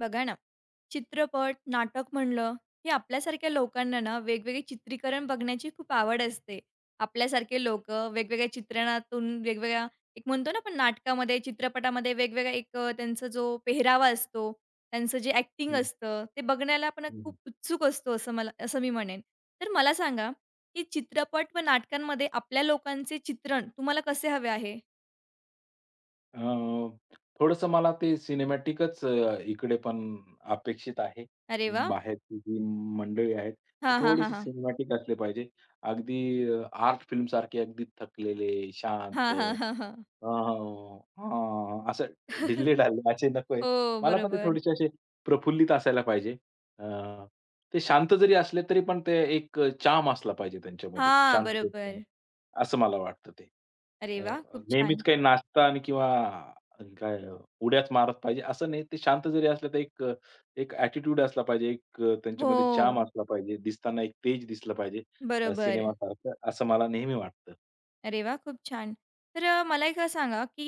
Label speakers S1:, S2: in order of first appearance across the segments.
S1: बघा ना, चित्रपट, नाटक म्हणलं, हे आपल्यासारख्या लोकांना ना वेगवेगळे चित्रीकरण बघण्याची खूप आवड असते. आपल्यासारखे लोकं वेगवेगळ्या चित्रणातून वेगवेगळ्या एक म्हणतो ना आपण नाटकामध्ये, चित्रपटामध्ये वेगवेगळा एक त्यांचा जो पेहरावा असतो, त्यांचं जे ॲक्टिंग
S2: हं,
S1: असतं, ते बघण्याला आपण
S2: हं.
S1: खूप उत्सुक असतो असं मी म्हणेन. तर मला सांगा, की चित्रपट व नाटकांमध्ये आपल्या लोकांचे चित्रण तुम्हाला कसे हवे आहे?
S2: अ, थोडंसं मला ते सिनेमॅटिकच इकडे पण अपेक्षित आहे.
S1: अरे वाह!
S2: बाहेरची जी मंडळी आहेत, ते
S1: हां, हां, हां,
S2: थोडेसे
S1: हां.
S2: सिनेमॅटिक असले पाहिजे. अगदी आर्ट फिल्मसारखे अगदी थकलेले, शांत,
S1: हां, हां, हां, हां.
S2: असं ढिल्ले-ढाल्ले असे नको आहेत.
S1: हो,
S2: मला पण ते
S1: बरोबर.
S2: थोडेसे असे प्रफुल्लित असायला पाहिजे. अ, ते शांत जरी असले तरी पण ते एक चार्म असला पाहिजे त्यांच्यामध्ये,
S1: हां,
S2: शांततेत
S1: बरोबर.
S2: पण, असं मला वाटतं ते.
S1: अरे
S2: अ,
S1: वाह! खूप
S2: नेहमीच
S1: छान.
S2: काही नाचता आणि किंवा काय उड्याच मारत पाहिजे असं नाही. ते शांत जरी असले तर एक एक ॲटिट्यूड असला पाहिजे, एक त्यांच्यामध्ये
S1: हो,
S2: चार्म असला पाहिजे, दिसताना एक तेज दिसलं पाहिजे,
S1: बरोबर.
S2: सिनेमासारखं असं मला नेहमी वाटतं.
S1: अरे वाह! खूप छान. तर मला एक सांगा, की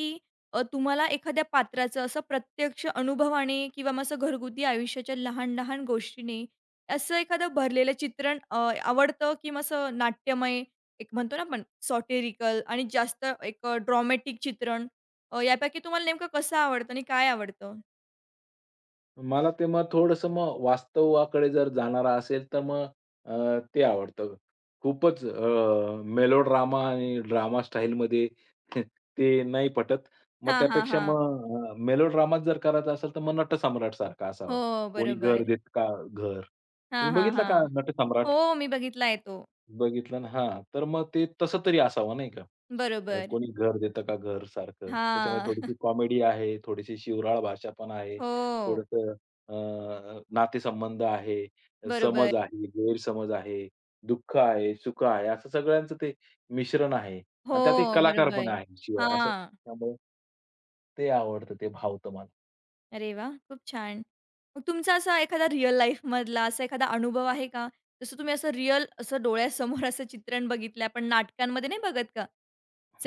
S1: तुम्हाला एखाद्या पात्राचं असं प्रत्यक्ष अनुभवाने किंवा मग असं घरगुती आयुष्याच्या लहान-लहान गोष्टीने असं एखादं भरलेलं चित्रण आवडतं की मग असं नाट्यमय, एक म्हणतो ना आपण सॉटेरिकल आणि जास्त एक ड्रॉमॅटिक चित्रण यापैकी तुम्हाला नेमकं कसं आवडतं आणि काय आवडतं?
S2: मला ते मग थोडंसं मग वास्तवाकडे जर जाणारा असेल, तर मग ते आवडतं. खूपच मेलोड्रामा आणि ड्रामा स्टाईलमध्ये ते नाही पटत. मग
S1: हां, हां,
S2: त्यापेक्षा
S1: हां.
S2: मग मेलोड्रामाच जर करायचा असेल, तर मग नटसम्राट सारखा असावा.
S1: हो,
S2: कोणी घर
S1: बरोबर.
S2: देत का घर.
S1: हां,
S2: तुम्ही
S1: हां,
S2: बघितलं
S1: हां.
S2: का नटसम्राट?
S1: हो, मी बघितला आहे तो.
S2: बघितलं ना? हां. तर मग ते तसं तरी असावं नाही का?
S1: बरोबर.
S2: कोणी घर देतं का घर सारखं. त्याच्यामध्ये
S1: हां.
S2: थोडीशी कॉमेडी आहे, थोडीशी शिवराळ भाषा पण आहे,
S1: हो.
S2: थोडंसं अ, नातेसंबंध आहे,
S1: बरोबर.
S2: समज आहे, गैरसमज आहे, दुःख आहे, सुख आहे, असं सगळ्यांचं ते मिश्रण आहे
S1: हो,
S2: आणि त्यात एक कलाकार पण
S1: बरोबर.
S2: आहे शिवाय असं.
S1: हां.
S2: त्यामुळे ते आवडतं, ते भावतं मला.
S1: अरे वा, खूप छान. मग तुमचा असा एखादा रिअल लाईफमधला असा एखादा अनुभव आहे का? जसं तुम्ही असं रिअल असं डोळ्यासमोर असं चित्रण बघितलं आपण नाटकांमध्ये नाही बघत का?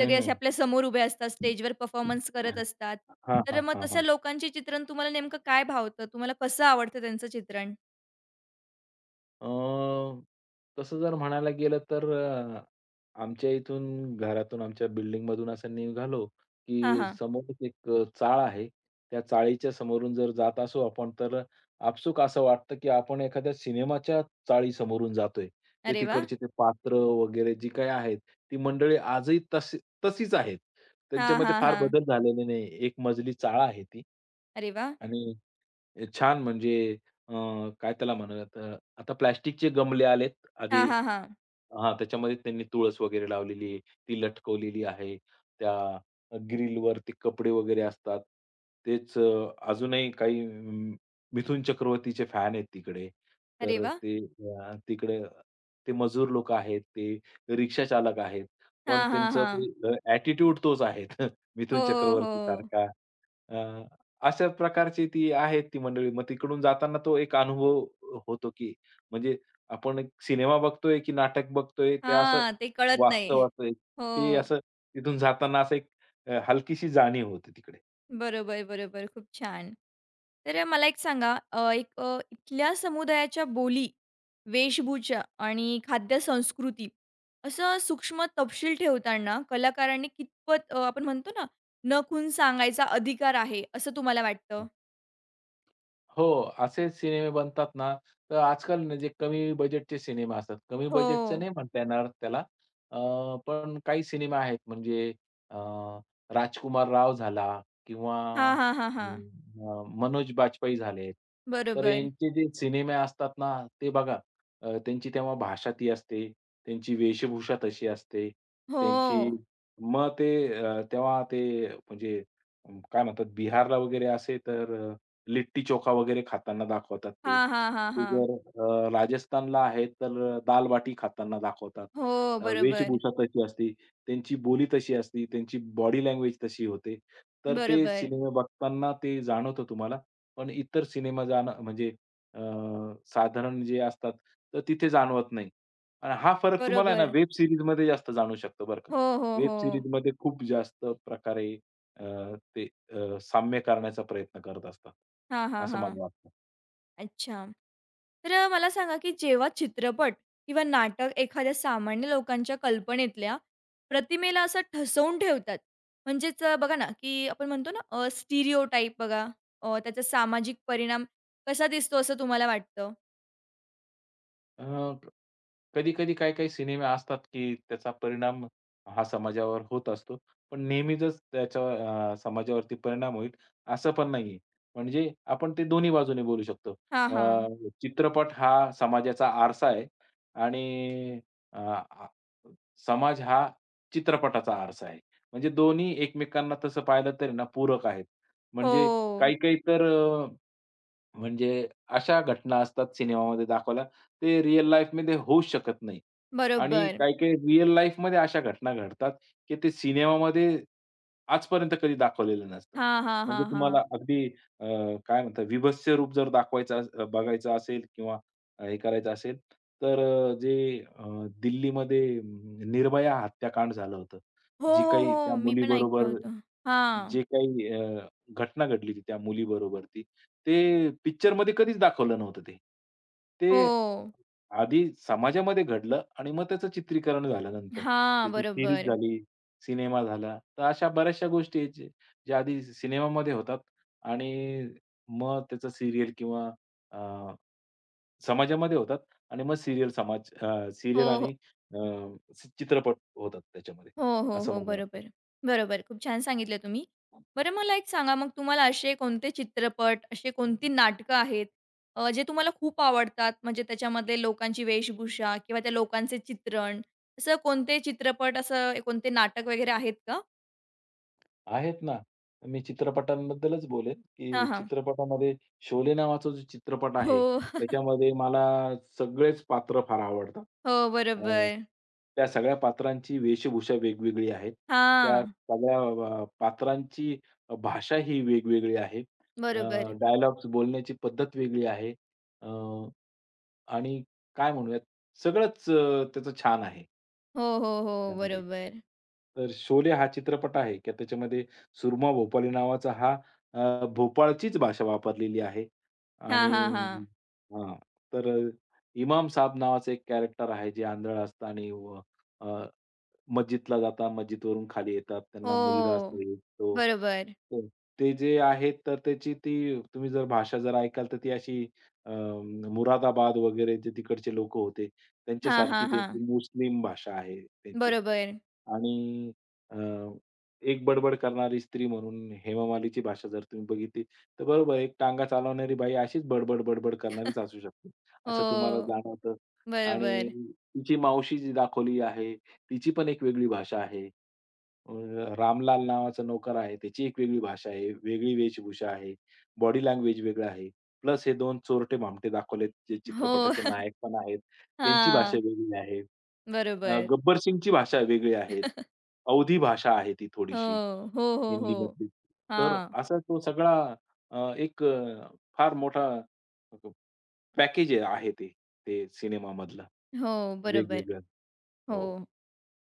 S2: हं,
S1: असे
S2: हं.
S1: आपल्या समोर उभे असतात, स्टेजवर परफॉर्मन्स करत असतात.
S2: हां,
S1: तर
S2: हां,
S1: मग तशा
S2: हां.
S1: लोकांचे चित्रण तुम्हाला नेमकं काय भावतं? तुम्हाला कसं आवडतं त्यांचं चित्रण?
S2: अ, तसं जर म्हणायला गेलं तर, आमच्या इथून घरातून आमच्या बिल्डिंगमधून असं निघालो,
S1: हां,
S2: की
S1: हां.
S2: समोरच एक चाळ आहे. त्या चाळीच्या समोरून जर जात असू आपण तर आपसूक असं वाटतं, की आपण एखाद्या सिनेमाच्या चाळीसमोरून जातोय. ते
S1: अरे वाह!
S2: तिकडचे ते पात्र वगैरे जी काही आहेत, ती मंडळी आजही तशी तशीच आहेत.
S1: हां,
S2: त्यांच्यामध्ये
S1: हां,
S2: फार
S1: हां.
S2: बदल झालेले नाही. एक मजली चाळ आहे ती.
S1: अरे वाह!
S2: आणि छान म्हणजे, अ, काय त्याला म्हणूयात, आता प्लास्टिकचे गमले आलेत.
S1: हां,
S2: आधी,
S1: हां, हां.
S2: हां, त्याच्यामध्ये त्यांनी तुळस वगैरे लावलेली आहे. ती लटकवलेली आहे. त्या ग्रिलवर ते कपडे वगैरे असतात. तेच अजूनही काही मिथुन चक्रवर्तीचे फॅन आहेत तिकडे.
S1: अरे
S2: तर
S1: वाह!
S2: ते तिकडे ते मजूर लोक आहेत, ते रिक्षा चालक आहेत. पण
S1: हां, हां,
S2: त्यांचं
S1: हां.
S2: ते तोच आहे.
S1: हो,
S2: मिथुन
S1: हो.
S2: चक्रवर्ती सारखा. अशा प्रकारची ती आहेत ती मंडळी. मग तिकडून जाताना तो एक अनुभव होतो, की म्हणजे आपण एक सिनेमा बघतोय, की नाटक बघतोय, ते असं
S1: हां, ते कळत नाही.
S2: वास्तवाचं आहे.
S1: हो,
S2: ते असं तिथून जाताना असं एक हलकीशी जाणीव होते तिकडे.
S1: बरोबर, बरोबर. खूप छान. तर मला एक सांगा, एक इथल्या समुदायाच्या बोली, वेशभूषा आणि खाद्य संस्कृती असं सूक्ष्म तपशील ठेवताना कलाकारांनी कितपत आपण म्हणतो ना, नखून सांगायचा अधिकार आहे, असं तुम्हाला वाटतं?
S2: हो, असे सिनेमे बनतात ना, तर आजकाल ना जे कमी बजेटचे सिनेमे असतात. कमी
S1: हो.
S2: बजेटचं नाही म्हणता येणार त्याला. अ, पण काही सिनेमे आहेत म्हणजे अ, राजकुमार राव झाला किंवा
S1: हां, हां, हां, हां.
S2: मनोज बाजपेयी झाले. तर
S1: बरोबर.
S2: यांचे जे सिनेमे असतात ना, ते बघा, त्यांची तेव्हा भाषा ती असते, त्यांची वेशभूषा तशी असते, त्यांची
S1: हो.
S2: मग ते तेव्हा ते म्हणजे काय म्हणतात बिहारला वगैरे असे तर लिट्टी-चोखा वगैरे खाताना दाखवतात ते.
S1: हां, हां, हां,
S2: ते
S1: हां.
S2: जर राजस्थानला आहे तर दाल-बाटी खाताना दाखवतात.
S1: हो, बरोबर.
S2: वेशभूषा तशी असते, त्यांची बोली तशी असते, त्यांची बॉडी लँग्वेज तशी होते. तर ते
S1: बरोबर.
S2: सिनेमे बघताना ते जाणवतं तुम्हाला. पण इतर सिनेमा जाणं म्हणजे अ, साधारण जे असतात, तर तिथे जाणवत नाही. आणि हा फरक तुम्हाला आहे ना
S1: बरोबर.
S2: वेब सीरीजमध्ये जास्त जाणवू शकतो बरं का.
S1: हो, हो,
S2: वेब
S1: हो.
S2: सीरीजमध्ये खूप जास्त प्रकारे अ, ते साम्य करण्याचा प्रयत्न करत असतात,
S1: हां, हां,
S2: असं
S1: हां.
S2: मला वाटतं.
S1: अच्छा. तर मला सांगा, की जेव्हा चित्रपट किंवा नाटक एखाद्या सामान्य लोकांच्या कल्पनेतल्या प्रतिमेला असं ठसवून ठेवतात, म्हणजेच बघा ना, की आपण म्हणतो ना स्टिरिओटाइप बघा, त्याचा सामाजिक परिणाम कसा दिसतो असं तुम्हाला वाटतं?
S2: कधी-कधी काही-काही सिनेमे असतात, की त्याचा परिणाम हा समाजावर होत असतो. पण नेहमीचच त्याच्या समाजावरती परिणाम होईल असं पण नाहीये. म्हणजे आपण ते दोन्ही बाजूने बोलू शकतो.
S1: हां,
S2: अ,
S1: हां.
S2: चित्रपट हा समाजाचा आरसा आहे आणि अ, आ समाज हा चित्रपटाचा आरसा आहे. म्हणजे दोन्ही एकमेकांना तसं पाहिलं तरी ना पूरक आहेत. म्हणजे
S1: हो.
S2: काही-काही तर म्हणजे अशा घटना असतात सिनेमामध्ये दाखवायला, ते रिअल लाईफमध्ये होऊच शकत नाही. आणि
S1: बरोबर.
S2: काही-काही रिअल लाईफमध्ये अशा घटना घडतात, की ते सिनेमामध्ये आजपर्यंत कधी दाखवलेलं नसतं.
S1: हां, हां,
S2: म्हणजे
S1: हां, हां.
S2: तुम्हाला अगदी अ, काय म्हणतात बीभत्स रूप जर दाखवायचं, बघायचं असेल किंवा हे करायचं असेल, तर जे अ, दिल्लीमध्ये निर्भया हत्याकांड झालं होतं.
S1: हो,
S2: जी
S1: हो,
S2: काही त्या
S1: हो. मी पण ऐकलं
S2: मुलीबरोबर
S1: होतं. हां.
S2: जे काही घटना घडली होती त्या मुलीबरोबर ती, ते पिक्चरमध्ये कधीच दाखवलं नव्हतं ते. ते
S1: हो.
S2: आधी समाजामध्ये घडलं आणि मग त्याचं चित्रीकरण झालं नंतर.
S1: हां,
S2: त्याची सिरीज
S1: बरोबर.
S2: झाली, सिनेमा झाला. तर अशा बऱ्याचशा गोष्टी आहेत जे ज्या आधी सिनेमामध्ये होतात आणि मग त्याचं सीरियल किंवा अ, समाजामध्ये होतात आणि मग सीरियल समाज
S1: हो,
S2: आणि
S1: हो.
S2: अ, चित्रपट होतात त्याच्यामध्ये,
S1: हो, हो,
S2: असं
S1: हो.
S2: मला वाटतं.
S1: बरोबर. बरोबर. खूप छान सांगितलं तुम्ही. बरं मला एक सांगा मग तुम्हाला असे कोणते चित्रपट, अशी कोणती नाटकं आहेत जे तुम्हाला खूप आवडतात? म्हणजे त्याच्यामधले लोकांची वेशभूषा किंवा त्या लोकांचे चित्रण, असं कोणते चित्रपट, असं कोणते नाटक वगैरे आहेत का?
S2: आहेत ना. मी चित्रपटांबद्दलच बोलेन, की
S1: हां, हां.
S2: चित्रपटामध्ये शोले नावाचा जो चित्रपट
S1: हो,
S2: आहे, त्याच्यामध्ये मला सगळेच पात्र फार आवडतात.
S1: हो. बरोबर.
S2: अ, त्या सगळ्या पात्रांची वेशभूषा वेगवेगळी आहे. त्या
S1: हां.
S2: सगळ्या पात्रांची भाषा ही वेगवेगळी आहे. अ,
S1: बरोबर.
S2: डायलॉग्स बोलण्याची पद्धत वेगळी आहे. अ, आणि काय म्हणूयात, सगळंच त्याचं छान आहे.
S1: हो, हो, हो.
S2: त्यामध्ये.
S1: बरोबर.
S2: तर शोले हा चित्रपट आहे की त्याच्यामध्ये सुरमा भोपाली नावाचा हा भोपाळचीच भाषा वापरलेली आहे
S1: हां,
S2: आणि
S1: हां, हां.
S2: हां, तर इमाम साहब नावाचं एक कॅरेक्टर आहे जे आंधळ असतं आणि अ, मस्जिदला जातात, मस्जिदवरून खाली येतात. त्यांना मुलगा असतो
S1: हो.
S2: एक तो.
S1: बरोबर.
S2: तो ते जे आहेत तर त्याची ती तुम्ही जर भाषा जर ऐकाल तर ती अशी अ, मुरादाबाद वगैरे जे तिकडचे लोकं होते
S1: हां,
S2: त्यांच्यासारखी
S1: हां, हां.
S2: त्यांची मुस्लिम भाषा आहे त्यांची.
S1: बरोबर.
S2: आणि अ, एक बडबड करणारी स्त्री म्हणून हेमामालीची भाषा जर तुम्ही बघितली, तर बरोबर आहे, एक टांगा चालवणारी बाई अशीच बडबड, बडबड करणारीच असू शकते. असं तुम्हाला
S1: हो.
S2: जाणवतं. आणि
S1: बरोबर.
S2: तिची मावशी जी दाखवली आहे, तिची पण एक वेगळी भाषा आहे. अ, रामलाल नावाचा नोकर आहे, त्याची एक वेगळी भाषा आहे, वेगळी वेशभूषा आहे, बॉडी लँग्वेज वेगळं आहे. प्लस हे 2 चोरटे-भामटे दाखवलेत, जे
S1: हो.
S2: चित्रपटाचे नायक पण आहेत, त्यांची भाषा
S1: हां,
S2: वेगळी आहे.
S1: बरोबर.
S2: गब्बर सिंगची भाषा वेगळी आहे. अवधी भाषा आहे ती थोडीशी
S1: हो, हो, हो, हो.
S2: हिंदीमधली. तर
S1: हां.
S2: असा तो सगळा एक फार मोठा पॅकेज आहे ते, ते सिनेमामधलं
S1: हो, बरोबर.
S2: वेगवेगळं. हो.
S1: हो.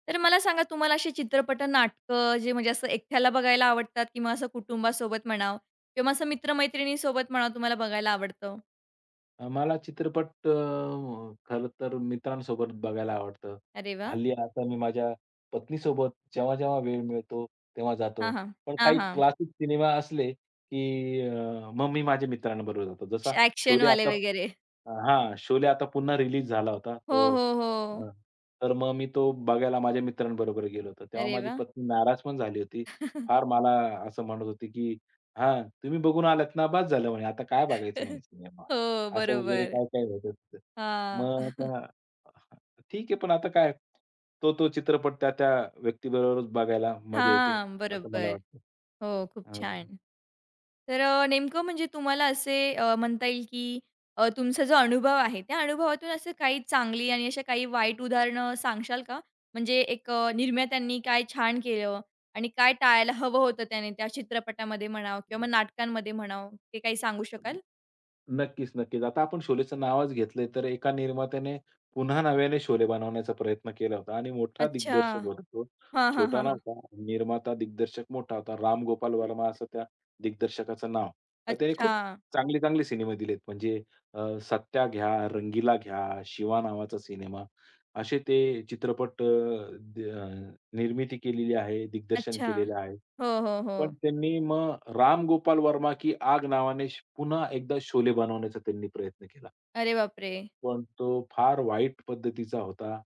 S1: तर मला सांगा तुम्हाला असे चित्रपट, नाटकं जे म्हणजे असं एकट्याला बघायला आवडतात किंवा असं कुटुंबासोबत म्हणा किंवा असं मित्र-मैत्रिणीसोबत म्हणावं तुम्हाला बघायला आवडतं?
S2: मला चित्रपट खरं तर मित्रांसोबत बघायला आवडतं.
S1: अरे वाह!
S2: हल्ली आता मी माझ्या पत्नीसोबत जेव्हा-जेव्हा वेळ मिळतो, तेव्हा
S1: हां,
S2: जातो.
S1: हां.
S2: पण
S1: हां,
S2: काही
S1: हां.
S2: क्लासिक सिनेमा असले, की मग मी माझ्या मित्रांबरोबर जातो. जसा शोले
S1: ॲक्शनवाले
S2: आता,
S1: वगैरे.
S2: हां, शोले आता पुन्हा रिलीज झाला होता.
S1: हो, हो, हो.
S2: अ, तर मग मी तो बघायला माझ्या मित्रांबरोबर गेलो होतो. तेव्हा
S1: अरे
S2: माझी
S1: वाह!
S2: पत्नी नाराज पण झाली होती. फार मला असं म्हणत होती, की "हां, तुम्ही बघून आलात ना, बस झालं" म्हणे, "आता काय बघायचं?" म्हणे सिनेमा.
S1: हो,
S2: असं वगैरे
S1: बरोबर.
S2: काय-काय होतं तिथं. मग
S1: हां.
S2: आता ठीक आहे, पण आता काय तो चित्रपट त्या-त्या व्यक्तीबरोबरच बघायला मजा येते,
S1: हां,
S2: असं मला
S1: बरोबर.
S2: वाटतं.
S1: हो, खूप छान. तर नेमकं म्हणजे तुम्हाला असे म्हणता येईल की तुमचा जो अनुभव आहे, त्या अनुभवातून असं काही चांगली आणि अशा काही वाईट उदाहरणं सांगशाल का? म्हणजे एक निर्मात्यांनी काय छान केलं आणि काय टाळायला हवं होतं त्याने त्या चित्रपटामध्ये म्हणावं किंवा मग नाटकांमध्ये म्हणावं, ते काही सांगू
S2: अ,
S1: शकाल?
S2: नक्कीच, नक्कीच. आता आपण शोलेचं नावच घेतलंय, तर एका निर्मात्याने पुन्हा नव्याने शोले बनवण्याचा प्रयत्न केला होता आणि मोठा
S1: अच्छा.
S2: दिग्दर्शक होता तो.
S1: हां, हां,
S2: छोटा
S1: हां, हां.
S2: नव्हता. निर्माता, दिग्दर्शक मोठा होता. राम गोपाल वर्मा असं त्या दिग्दर्शकाचं नाव. तर त्याने
S1: अच्छा,
S2: खूप चांगले-चांगले सिनेमे दिलेत. म्हणजे सत्या घ्या, रंगीला घ्या, शिवा नावाचा सिनेमा, असे ते चित्रपट, निर्मिती केलेली आहे, दिग्दर्शन
S1: अच्छा.
S2: केलेलं आहे.
S1: हो, हो, हो.
S2: पण त्यांनी मग राम गोपाल वर्मा की आग नावाने पुन्हा एकदा शोले बनवण्याचा त्यांनी प्रयत्न केला.
S1: अरे बापरे!
S2: पण तो फार वाईट पद्धतीचा होता.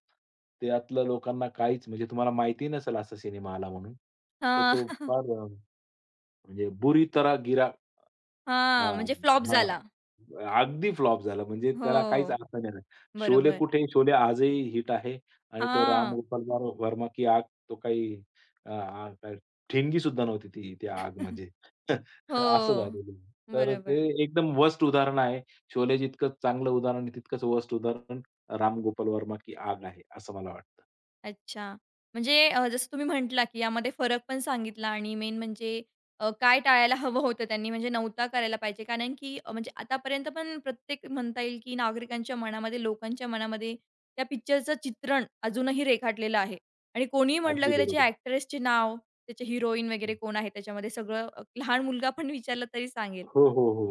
S2: त्यातलं लोकांना काहीच म्हणजे तुम्हाला माहिती नसेल असा सिनेमा आला म्हणून. तर
S1: हां.
S2: तो फार म्हणजे बुरी तरह गिरा.
S1: हां,
S2: हां,
S1: म्हणजे फ्लॉप
S2: हां.
S1: झाला.
S2: अगदी फ्लॉप झाला म्हणजे त्याला काहीच
S1: हो,
S2: अर्थ नाही. शोले
S1: बरोबर.
S2: कुठे? शोले आजही हिट आहे आणि तो राम
S1: हां.
S2: गोपाल वर्मा की आग तो काही काय ठिणगी सुद्धा नव्हती ती, ती आग म्हणजे असं
S1: हो,
S2: झालेलं आहे. तर ते
S1: बरोबर.
S2: एकदम वर्स्ट उदाहरण आहे. शोले जितकं चांगलं उदाहरण तितकंच वर्स्ट उदाहरण राम गोपाल वर्मा की आग आहे, असं मला वाटतं.
S1: अच्छा. म्हणजे जसं तुम्ही म्हटला, की यामध्ये फरक पण सांगितला आणि मेन म्हणजे काय टाळायला हवं होतं त्यांनी म्हणजे नव्हता करायला पाहिजे. कारण की म्हणजे आतापर्यंत पण प्रत्येक म्हणता येईल, की नागरिकांच्या मनामध्ये, लोकांच्या मनामध्ये त्या पिक्चरचं चित्रण अजूनही रेखाटलेलं आहे. आणि कोणीही म्हटलं,
S2: अगदी
S1: की त्याची
S2: बरोबर.
S1: एक्ट्रेसचे नाव, त्याचे हिरोईन वगैरे कोण आहे त्याच्यामध्ये सगळं लहान मुलगा पण विचारलं तरी सांगेल.
S2: हो, हो, हो.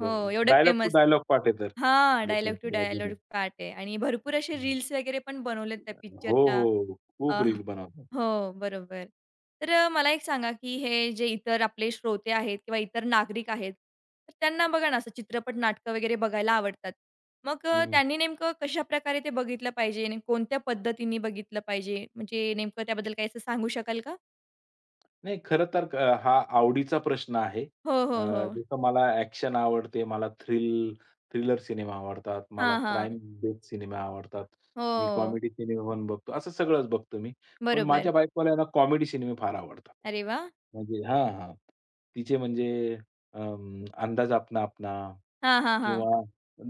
S1: हो, एवढं
S2: डायलॉग टू
S1: फेमस
S2: डायलॉग पाठ आहे तर
S1: हां, डायलॉग टू
S2: लोकांकडे अजूनही.
S1: डायलॉग पार्ट आहे आणि भरपूर असे रील्स वगैरे पण बनवलेत त्या
S2: हो,
S1: पिक्चरच्या.
S2: हो. खूप रील बनवतात.
S1: हो, बरोबर. तर मला एक सांगा, की हे जे इतर आपले श्रोते आहेत किंवा इतर नागरिक आहेत, तर त्यांना बघा ना, असं चित्रपट, नाटकं वगैरे बघायला आवडतात. मग
S2: हं.
S1: त्यांनी नेमकं कशाप्रकारे ते बघितलं पाहिजे? नेमकं कोणत्या पद्धतीने बघितलं पाहिजे? म्हणजे नेमकं त्याबद्दल काही असं सांगू शकाल का?
S2: नाही खरं तर हा आवडीचा प्रश्न आहे.
S1: हो,
S2: अ,
S1: हो, हो.
S2: जसं मला ॲक्शन आवडते, मला थ्रिलर सिनेमा आवडतात, मला
S1: हां, हां.
S2: क्राईम बेस्ड सिनेमा आवडतात. मी
S1: हो,
S2: कॉमेडी सिनेमा पण बघतो. असं सगळंच बघतो मी. पण
S1: बरोबर.
S2: माझ्या बायकोला आहे ना कॉमेडी सिनेमे फार आवडतात.
S1: अरे वाह!
S2: म्हणजे हां, हां. तिचे म्हणजे अंदाज अपना अपना
S1: हां, हां,
S2: किंवा
S1: हां.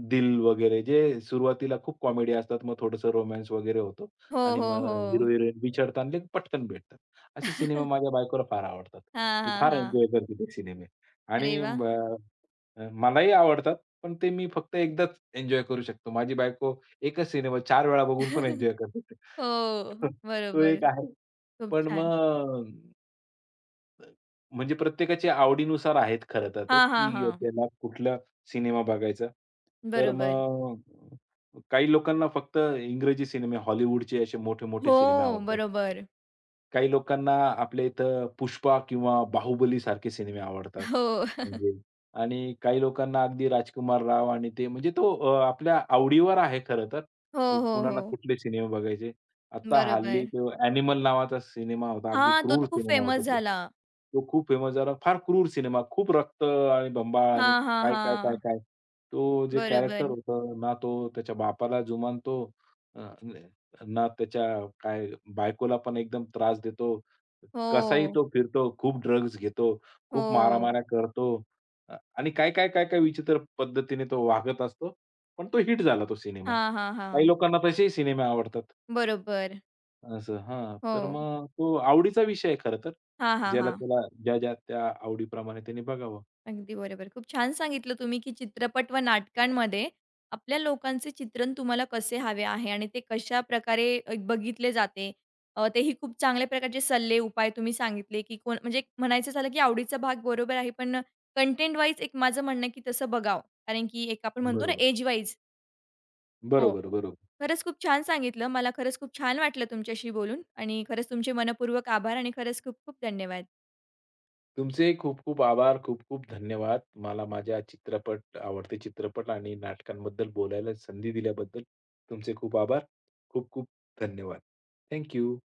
S2: दिल वगैरे जे सुरुवातीला खूप कॉमेडी असतात, मग थोडंसं रोमान्स वगैरे होतो
S1: हो,
S2: आणि
S1: हो,
S2: मग
S1: हो.
S2: हिरो-हिरोईन बिछडतात आणि पटकन भेटतात. असे सिनेमा माझ्या बायकोला फार आवडतात.
S1: हां,
S2: ती
S1: हां,
S2: फार
S1: हां.
S2: एन्जॉय करते ते सिनेमे
S1: अरे
S2: आणि
S1: वाह!
S2: मलाही आवडतात, पण ते मी फक्त एकदाच एन्जॉय करू शकतो. माझी बायको एकच सिनेमा 4 वेळा बघून पण एन्जॉय करते.
S1: हो,
S2: तो
S1: बरोबर.
S2: एक आहे.
S1: खूप
S2: पण
S1: छान.
S2: मग म्हणजे प्रत्येकाच्या आवडीनुसार आहेत खरं तर ते,
S1: हां, हां,
S2: की
S1: हां.
S2: त्याला कुठला सिनेमा बघायचा. तर
S1: बरोबर.
S2: मग काही लोकांना फक्त इंग्रजी सिनेमे, हॉलिवूडचे असे मोठे-मोठे
S1: हो,
S2: सिनेमे आवडतात.
S1: बरोबर.
S2: काही लोकांना आपल्या इथं पुष्पा किंवा बाहुबली सारखे सिनेमे आवडतात.
S1: हो.
S2: म्हणजे आणि काही लोकांना अगदी राजकुमार राव आणि ते म्हणजे आपल्या आवडीवर आहे खरं तर.
S1: हो, हो, हो.
S2: कुणाला कुठले सिनेमे बघायचे. आता हल्ली
S1: बरोबर.
S2: तो Animal नावाचा सिनेमा होता. अगदी
S1: हां, तो
S2: क्रूर
S1: तर खूप
S2: सिनेमा होता
S1: फेमस
S2: तो.
S1: झाला.
S2: तो खूप फेमस झाला. फार क्रूर सिनेमा. खूप रक्त आणि बंबाळ
S1: हा
S2: आणि
S1: हां,
S2: काय, काय, काय,
S1: हां.
S2: काय. तो जे कॅरेक्टर
S1: बरोबर.
S2: होतं ना, तो त्याच्या बापाला जुमानतो. अ, ना त्याच्या काय बायकोला पण एकदम त्रास देतो. कसाही
S1: हो,
S2: तो फिरतो, खूप ड्रग्ज घेतो, खूप
S1: हो.
S2: मारामाऱ्या करतो, आणि काय, काय, काय, काय विचित्र पद्धतीने तो वागत असतो. पण तो हिट झाला तो सिनेमा.
S1: हा हां,
S2: काही
S1: हां.
S2: लोकांना तसेही सिनेमे आवडतात.
S1: बरोबर.
S2: असं हां. तर
S1: हो.
S2: मग तो आवडीचा विषय आहे खरं तर.
S1: हा हां,
S2: ज्याला
S1: हां.
S2: त्याला ज्या, ज्या त्या आवडीप्रमाणे त्याने बघावं.
S1: अगदी बरोबर. खूप छान सांगितलं तुम्ही, की चित्रपट व नाटकांमध्ये आपल्या लोकांचे चित्रण तुम्हाला कसे हवे आहे आणि ते कशाप्रकारे बघितले जाते. तेही खूप चांगल्या प्रकारचे सल्ले, उपाय तुम्ही सांगितले, की कोण म्हणजे म्हणायचं झालं, की आवडीचा भाग बरोबर आहे, पण कंटेंट वाईज एक माझं म्हणणं आहे, की तसं बघावं. कारण की एक आपण म्हणतो ना
S2: बरोबर.
S1: Age wise. हो.
S2: बरोबर, बरोबर.
S1: खरंच खूप छान सांगितलं. मला खरंच खूप छान वाटलं तुमच्याशी बोलून आणि खरंच तुमचे मनःपूर्वक आभार आणि खरंच खूप खूप धन्यवाद.
S2: तुमचे खूप-खूप आभार, खूप-खूप धन्यवाद. मला माझ्या चित्रपट, आवडते चित्रपट आणि नाटकांबद्दल बोलायला संधी दिल्याबद्दल तुमचे खूप आभार. खूप-खूप धन्यवाद. Thank you.